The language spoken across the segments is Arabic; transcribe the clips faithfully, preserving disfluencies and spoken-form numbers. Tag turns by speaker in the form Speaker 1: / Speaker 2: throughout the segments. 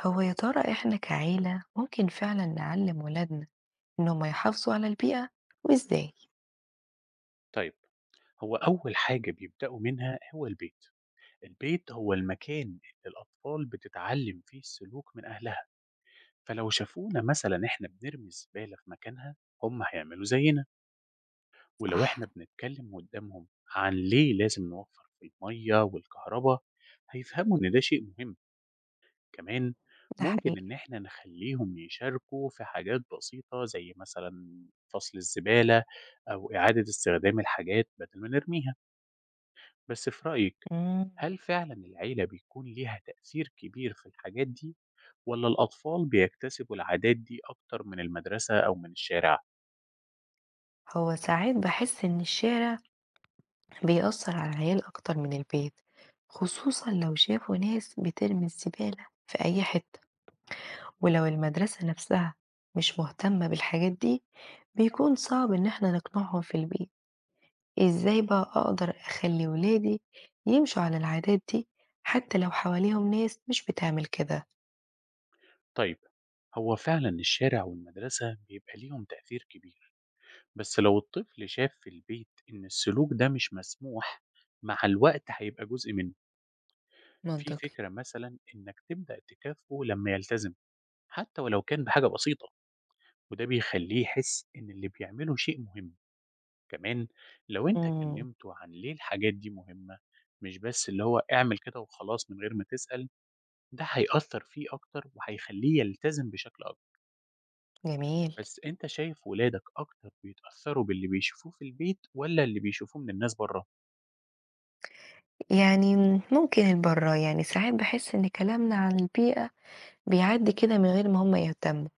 Speaker 1: هو يا ترى إحنا كعيلة ممكن فعلا نعلم ولادنا إنهم يحافظوا على البيئة وإزاي؟
Speaker 2: طيب، هو أول حاجة بيبدأوا منها هو البيت. البيت هو المكان اللي الأطفال بتتعلم فيه السلوك من أهلها. فلو شافونا مثلا إحنا بنرمي الزبالة في مكانها، هم هيعملوا زينا. ولو
Speaker 1: صح.
Speaker 2: إحنا بنتكلم قدامهم عن ليه لازم نوفر في المية والكهرباء، هيفهموا إن ده شيء مهم. كمان
Speaker 1: ده
Speaker 2: ممكن
Speaker 1: حقيقي.
Speaker 2: إن إحنا نخليهم يشاركوا في حاجات بسيطة زي مثلا فصل الزبالة أو إعادة استخدام الحاجات بدل ما نرميها. بس في رأيك،
Speaker 1: مم.
Speaker 2: هل فعلا العيلة بيكون ليها تأثير كبير في الحاجات دي، ولا الأطفال بيكتسبوا العادات دي أكتر من المدرسة أو من الشارع؟
Speaker 1: هو ساعات بحس إن الشارع بيأثر على العيال أكتر من البيت، خصوصا لو شافوا ناس بترمي الزبالة في أي حتة، ولو المدرسة نفسها مش مهتمة بالحاجات دي بيكون صعب إن إحنا نقنعهم في البيت. إزاي بقى أقدر أخلّي ولادي يمشوا على العادات دي، حتى لو حواليهم ناس مش بتعمل كده؟
Speaker 2: طيب، هو فعلا الشارع والمدرسة بيبقى ليهم تأثير كبير، بس لو الطفل شاف في البيت إن السلوك ده مش مسموح، مع الوقت هيبقى جزء منه. في
Speaker 1: منطقي.
Speaker 2: فكرة مثلا إنك تبدأ تكافئه لما يلتزم، حتى ولو كان بحاجة بسيطة، وده بيخليه يحس إن اللي بيعمله شيء مهم. كمان لو أنت
Speaker 1: إمم.
Speaker 2: كلمته عن ليه الحاجات دي مهمة، مش بس اللي هو اعمل كده وخلاص من غير ما تسأل، ده هيأثر فيه أكتر وهيخليه يلتزم بشكل أكبر.
Speaker 1: جميل.
Speaker 2: بس أنت شايف ولادك أكتر بيتأثروا باللي بيشوفوه في البيت ولا اللي بيشوفوه من الناس بره؟
Speaker 1: يعني ممكن البرّه، يعني ساعات باحس إن كلامنا عن البيئة بيعدّي كده من غير ما هُم يهتموا،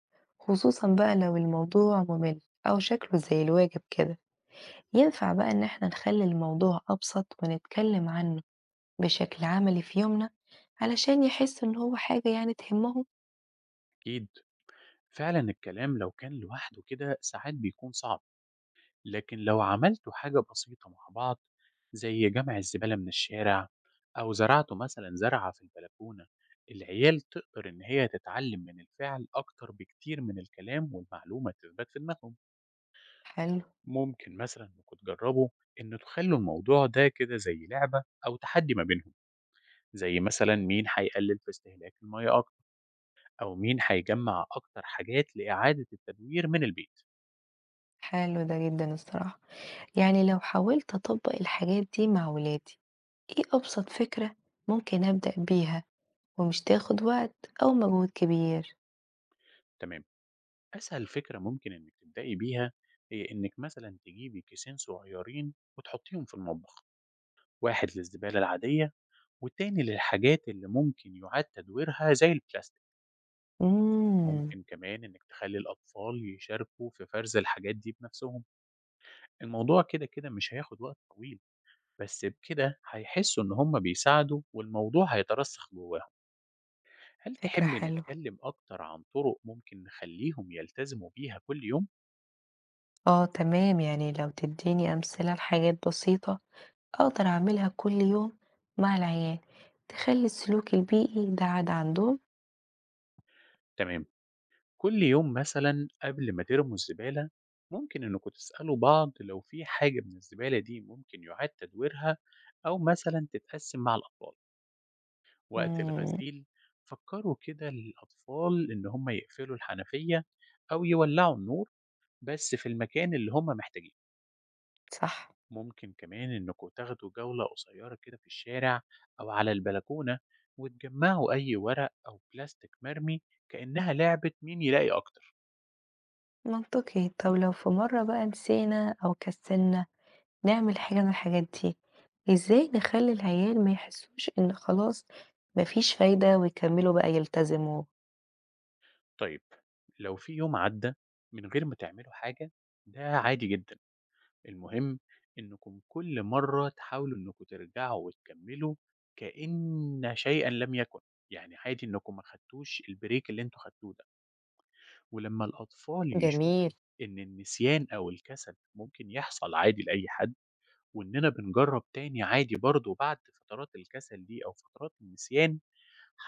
Speaker 1: خصوصًا بقى لو الموضوع مُمِل أو شكله زي الواجب كده. ينفع بقى إن إحنا نخلّي الموضوع أبسط ونتكلم عنه بشكل عملي في يومنا علشان يحسّوا إن هو حاجة يعني تهمهم؟
Speaker 2: أكيد، فعلا الكلام لو كان لوحده كده ساعات بيكون صعب، لكن لو عملتوا حاجة بسيطة مع بعض زي جمع الزبالة من الشارع أو زرعتوا مثلا زرعة في البلكونة، العيال تقدر إن هي تتعلم من الفعل أكتر بكتير من الكلام، والمعلومة تثبت في دماغهم.
Speaker 1: حلو.
Speaker 2: ممكن مثلا إنكم تجربوا إن تخلوا الموضوع ده كده زي لعبة أو تحدي ما بينهم، زي مثلا مين هيقلل في استهلاك المياه أكتر، أو مين هيجمع أكتر حاجات لإعادة التدوير من البيت.
Speaker 1: حلو ده جدًا الصراحة. يعني لو حاولت أطبّق الحاجات دي مع ولادي، إيه أبسط فكرة ممكن أبدأ بيها ومش تاخد وقت أو مجهود كبير؟
Speaker 2: تمام، أسهل فكرة ممكن إنك تبدأي بيها هي إنك مثلا تجيبي كيسين صغيرين وتحطيهم في المطبخ، واحد للزبالة العادية والتاني للحاجات اللي ممكن يعاد تدويرها زي البلاستيك.
Speaker 1: إمم.
Speaker 2: ممكن كمان إنك تخلي الأطفال يشاركوا في فرز الحاجات دي بنفسهم. الموضوع كده كده مش هياخد وقت طويل، بس بكده هيحسوا إن هم بيساعدوا والموضوع هيترسخ جواهم. هل
Speaker 1: فكرة
Speaker 2: تحب
Speaker 1: حلوة.
Speaker 2: نتكلم أكتر عن طرق ممكن نخليهم يلتزموا بيها كل يوم؟
Speaker 1: آه تمام، يعني لو تدّيني أمثلة لحاجات بسيطة أقدر أعملها كل يوم مع العيال، تخلّي السلوك البيئي ده عادة عندهم.
Speaker 2: تمام، كل يوم مثلًا قبل ما ترموا الزبالة، ممكن إنكم تسألوا بعض لو في حاجة من الزبالة دي ممكن يُعاد تدويرها، أو مثلًا تتقسم مع الأطفال. وقت
Speaker 1: إمم.
Speaker 2: الغسيل، فكروا كده الأطفال إن هُم يقفلوا الحنفية أو يولّعوا النور بس في المكان اللي هُم محتاجينه.
Speaker 1: صح.
Speaker 2: ممكن كمان إنكم تاخدوا جولة قصيرة كده في الشارع أو على البلكونة وتجمّعوا أي ورق أو بلاستيك مرمي كإنها لعبة مين يلاقي أكتر.
Speaker 1: منطقي. طب لو في مرّة بقى نسينا أو كسلنا نعمل حاجة من الحاجات دي، إزاي نخلّي العيال ما يحسّوش إن خلاص ما فيش فايدة ويكمّلوا بقى يلتزموا؟
Speaker 2: طيب، لو في يوم عدّى من غير ما تعملوا حاجة، ده عادي جدًا، المهم إنكم كل مرّة تحاولوا إنكم ترجعوا وتكمّلوا كإن شيئًا لم يكن. يعني عادي إنكم ما خدتوش الbreak اللي أنتم خدتوه ده، ولمّا الأطفال يشوفوا
Speaker 1: جميل.
Speaker 2: إن النسيان أو الكسل ممكن يحصل عادي لأي حد، وإننا بنجرّب تاني عادي برضه بعد فترات الكسل دي أو فترات النسيان،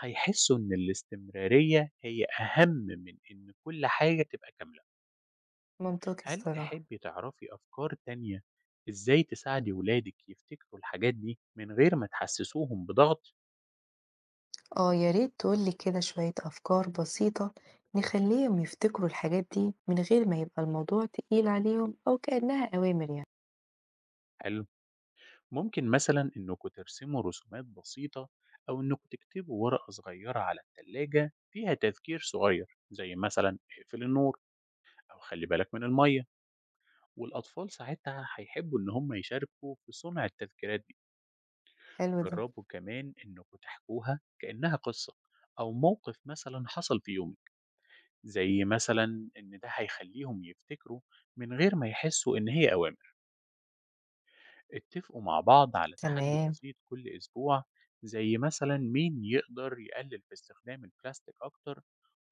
Speaker 2: هيحسّوا إن الاستمرارية هي أهم من إن كل حاجة تبقى كاملة.
Speaker 1: منطقي
Speaker 2: هل
Speaker 1: الصراحة.
Speaker 2: تحبّي تعرفي أفكار تانية إزاي تساعدي ولادِك يفتكروا الحاجات دي من غير ما تحسّسوهم بضغط؟
Speaker 1: آه، يا ريت تقول لي كده شوية أفكار بسيطة نخلّيهم يفتكروا الحاجات دي من غير ما يبقى الموضوع تقيل عليهم أو كإنّها أوامر يعني.
Speaker 2: حلو، ممكن مثلًا إنّكم ترسموا رسومات بسيطة، أو إنّكم تكتبوا ورقة صغيّرة على التلاجة فيها تذكير صغيّر، زي مثلًا اقفل النور أو خلّي بالك من المَيّة، والأطفال ساعتها هيحبّوا إن هم يشاركوا في صُنع التذكيرات دي.
Speaker 1: حلو ده.
Speaker 2: جربوا كمان إنكم تحكوها كأنها قصة أو موقف مثلا حصل في يومك، زي مثلا إن ده هيخليهم يفتكروا من غير ما يحسوا إن هي أوامر. اتفقوا مع بعض على تحدي
Speaker 1: تمام.
Speaker 2: بسيط كل أسبوع، زي مثلا مين يقدر يقلل في استخدام البلاستيك أكتر،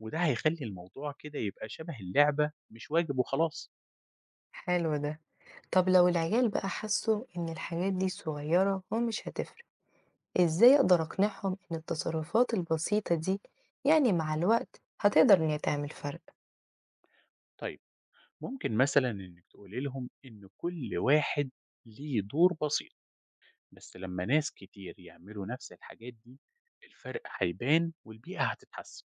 Speaker 2: وده هيخلي الموضوع كده يبقى شبه اللعبة مش واجب وخلاص.
Speaker 1: حلو ده. طب لو العيال بقى حسّوا إن الحاجات دي صغيّرة ومش هتفرق، إزاي أقدر أقنعهم إن التصرفات البسيطة دي يعني مع الوقت هتقدر إن هي تعمل فرق؟
Speaker 2: طيب، ممكن مثلا إنك تقولي لهم إن كل واحد ليه دور بسيط، بس لمّا ناس كتير يعملوا نفس الحاجات دي، الفرق هيبان والبيئة هتتحسن.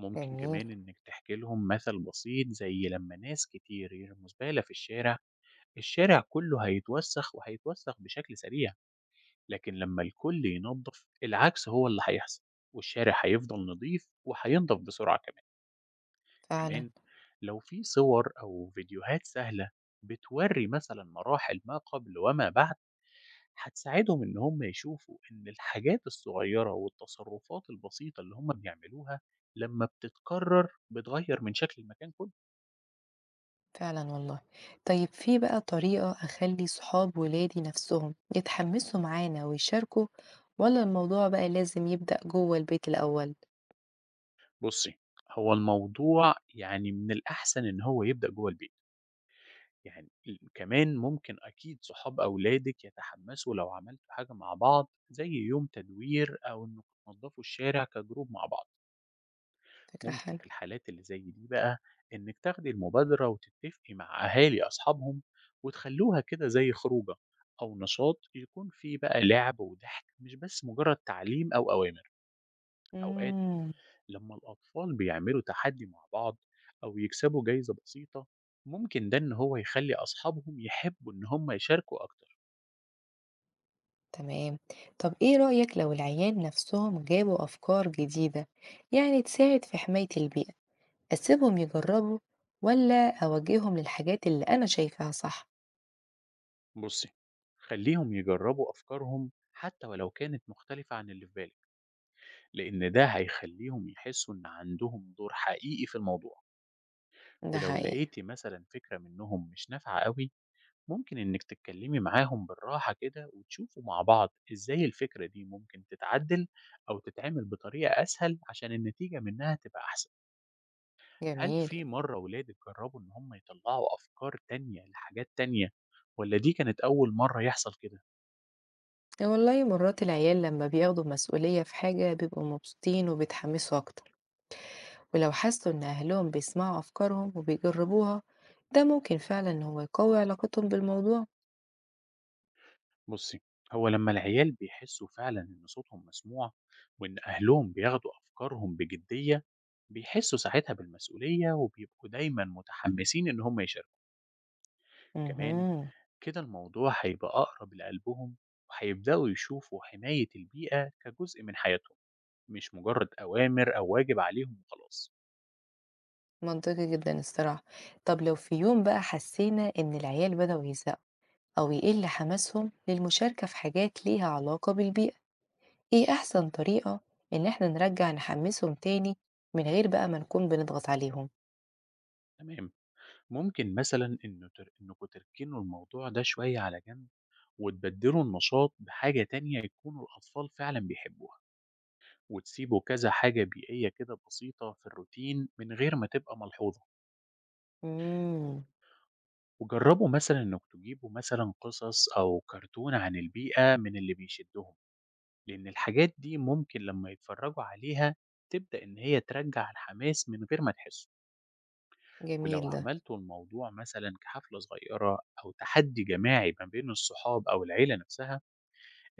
Speaker 2: ممكن
Speaker 1: جميل.
Speaker 2: كمان إنك تحكي لهم مثل بسيط زي لمّا ناس كتير يرموا زبالة في الشارع، الشارع كله هيتوسخ وهيتوسخ بشكل سريع، لكن لمّا الكل ينضف العكس هو اللي هيحصل، والشارع هيفضل نضيف وهينضف بسرعة كمان.
Speaker 1: فعلا.
Speaker 2: كمان لو في صور أو فيديوهات سهلة بتوري مثلًا مراحل ما قبل وما بعد، هتساعدهم إن هم يشوفوا إن الحاجات الصغيرة والتصرفات البسيطة اللي هم بيعملوها لما بتتكرر بتغير من شكل المكان كله.
Speaker 1: فعلا والله. طيب في بقى طريقة أخلي صحاب ولادي نفسهم يتحمسوا معانا ويشاركوا، ولا الموضوع بقى لازم يبدأ جوه البيت الأول؟
Speaker 2: بُصّي، هو الموضوع يعني من الأحسن إن هو يبدأ جوّه البيت. يعني ال كمان ممكن أكيد صحاب أولادِك يتحمسوا لو عملتوا حاجة مع بعض زي يوم تدوير أو إنكم تنضفوا الشارع كجروب مع بعض.
Speaker 1: فكرة
Speaker 2: ممكن
Speaker 1: حلوة.
Speaker 2: في الحالات اللي زي دي بقى إنك تاخدي المبادرة وتتفقي مع أهالي أصحابهم، وتخلوها كده زي خروجة أو نشاط يكون فيه بقى لعب وضحك، مش بس مجرد تعليم أو أوامر. أوقات
Speaker 1: مم.
Speaker 2: لما الأطفال بيعملوا تحدي مع بعض أو يكسبوا جايزة بسيطة، ممكن ده إن هو يخلي أصحابهم يحبوا إن هم يشاركوا أكتر.
Speaker 1: تمام. طب إيه رأيك لو العيال نفسهم جابوا أفكار جديدة يعني تساعد في حماية البيئة، أسيبهم يجربوا والّا أوجّههم للحاجات اللي أنا شايفاها صح؟
Speaker 2: بصي، خليهم يجربوا أفكارهم حتى ولو كانت مختلفة عن اللي في بالك، لأن ده هيخلّيهم يحسّوا إن عندهم دور حقيقي في الموضوع.
Speaker 1: ده
Speaker 2: ولو
Speaker 1: حقيقي.
Speaker 2: لقيتِ مثلًا فكرة منّهم مش نافعة أوي، ممكن إنِّك تتكلّمي معاهم بالراحة كده وتشوفوا مع بعض إزاي الفكرة دي ممكن تتعدّل أو تتعمل بطريقة أسهل عشان النتيجة منّها تبقى أحسن. هل
Speaker 1: جميل.
Speaker 2: في مرّة ولادِك جرّبوا إن هم يطلّعوا أفكار تانية لحاجات تانية، والّا دي كانت أول مرّة يحصل كده؟
Speaker 1: إيه والله، مرات العيال لمّا بياخدوا مسؤولية في حاجة بيبقوا مبسوطين وبيتحمسوا أكتر، ولو حسوا إن أهلهم بيسمعوا أفكارهم وبيجربوها ده ممكن فعلًا إن هو يقوي علاقتهم بالموضوع.
Speaker 2: بصي، هو لما العيال بيحسوا فعلا إن صوتهم مسموع، وإن أهلهم بياخدوا أفكارهم بجدية، بيحسوا ساعتها بالمسؤولية وبيبقوا دايما متحمسين إن هم يشاركوا. كمان
Speaker 1: اهم.
Speaker 2: كده الموضوع هيبقى أقرب لقلبهم، وهيبدأوا يشوفوا حماية البيئة كجزء من حياتهم، مش مجرد أوامر أو واجب عليهم وخلاص.
Speaker 1: منطقي جدًا الصراحة. طب لو في يوم بقى حسينا إن العيال بدأوا يزهقوا أو يقل حماسهم للمشاركة في حاجات ليها علاقة بالبيئة، إيه أحسن طريقة إن إحنا نرجّع نحمّسهم تاني من غير بقى ما نكون بنضغط عليهم؟
Speaker 2: تمام، ممكن مثلا إنه تر... إنكوا تركنوا الموضوع ده شوية على جنب، وتبدلوا النشاط بحاجة تانية يكونوا الأطفال فعلا بيحبوها، وتسيبوا كذا حاجة بيئية كده بسيطة في الروتين من غير ما تبقى ملحوظة.
Speaker 1: إمم.
Speaker 2: وجربوا مثلا انك تجيبوا مثلا قصص او كرتون عن البيئة من اللي بيشدهم، لان الحاجات دي ممكن لما يتفرجوا عليها تبدأ ان هي ترجع الحماس من غير ما تحسوا.
Speaker 1: جميل
Speaker 2: ولو
Speaker 1: ده.
Speaker 2: عملتوا الموضوع مثلا كحفلة صغيرة او تحدي جماعي ما بين الصحاب او العيلة نفسها،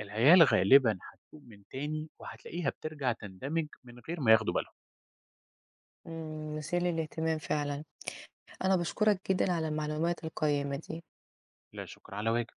Speaker 2: العيال غالبا هتقوم من تاني وهتلاقيها بترجع تندمج من غير ما ياخدوا بالهم.
Speaker 1: إمم. مثير للاهتمام فعلًا. أنا باشكرك جدًا على المعلومات القيّمة دي.
Speaker 2: لا شكر على واجب.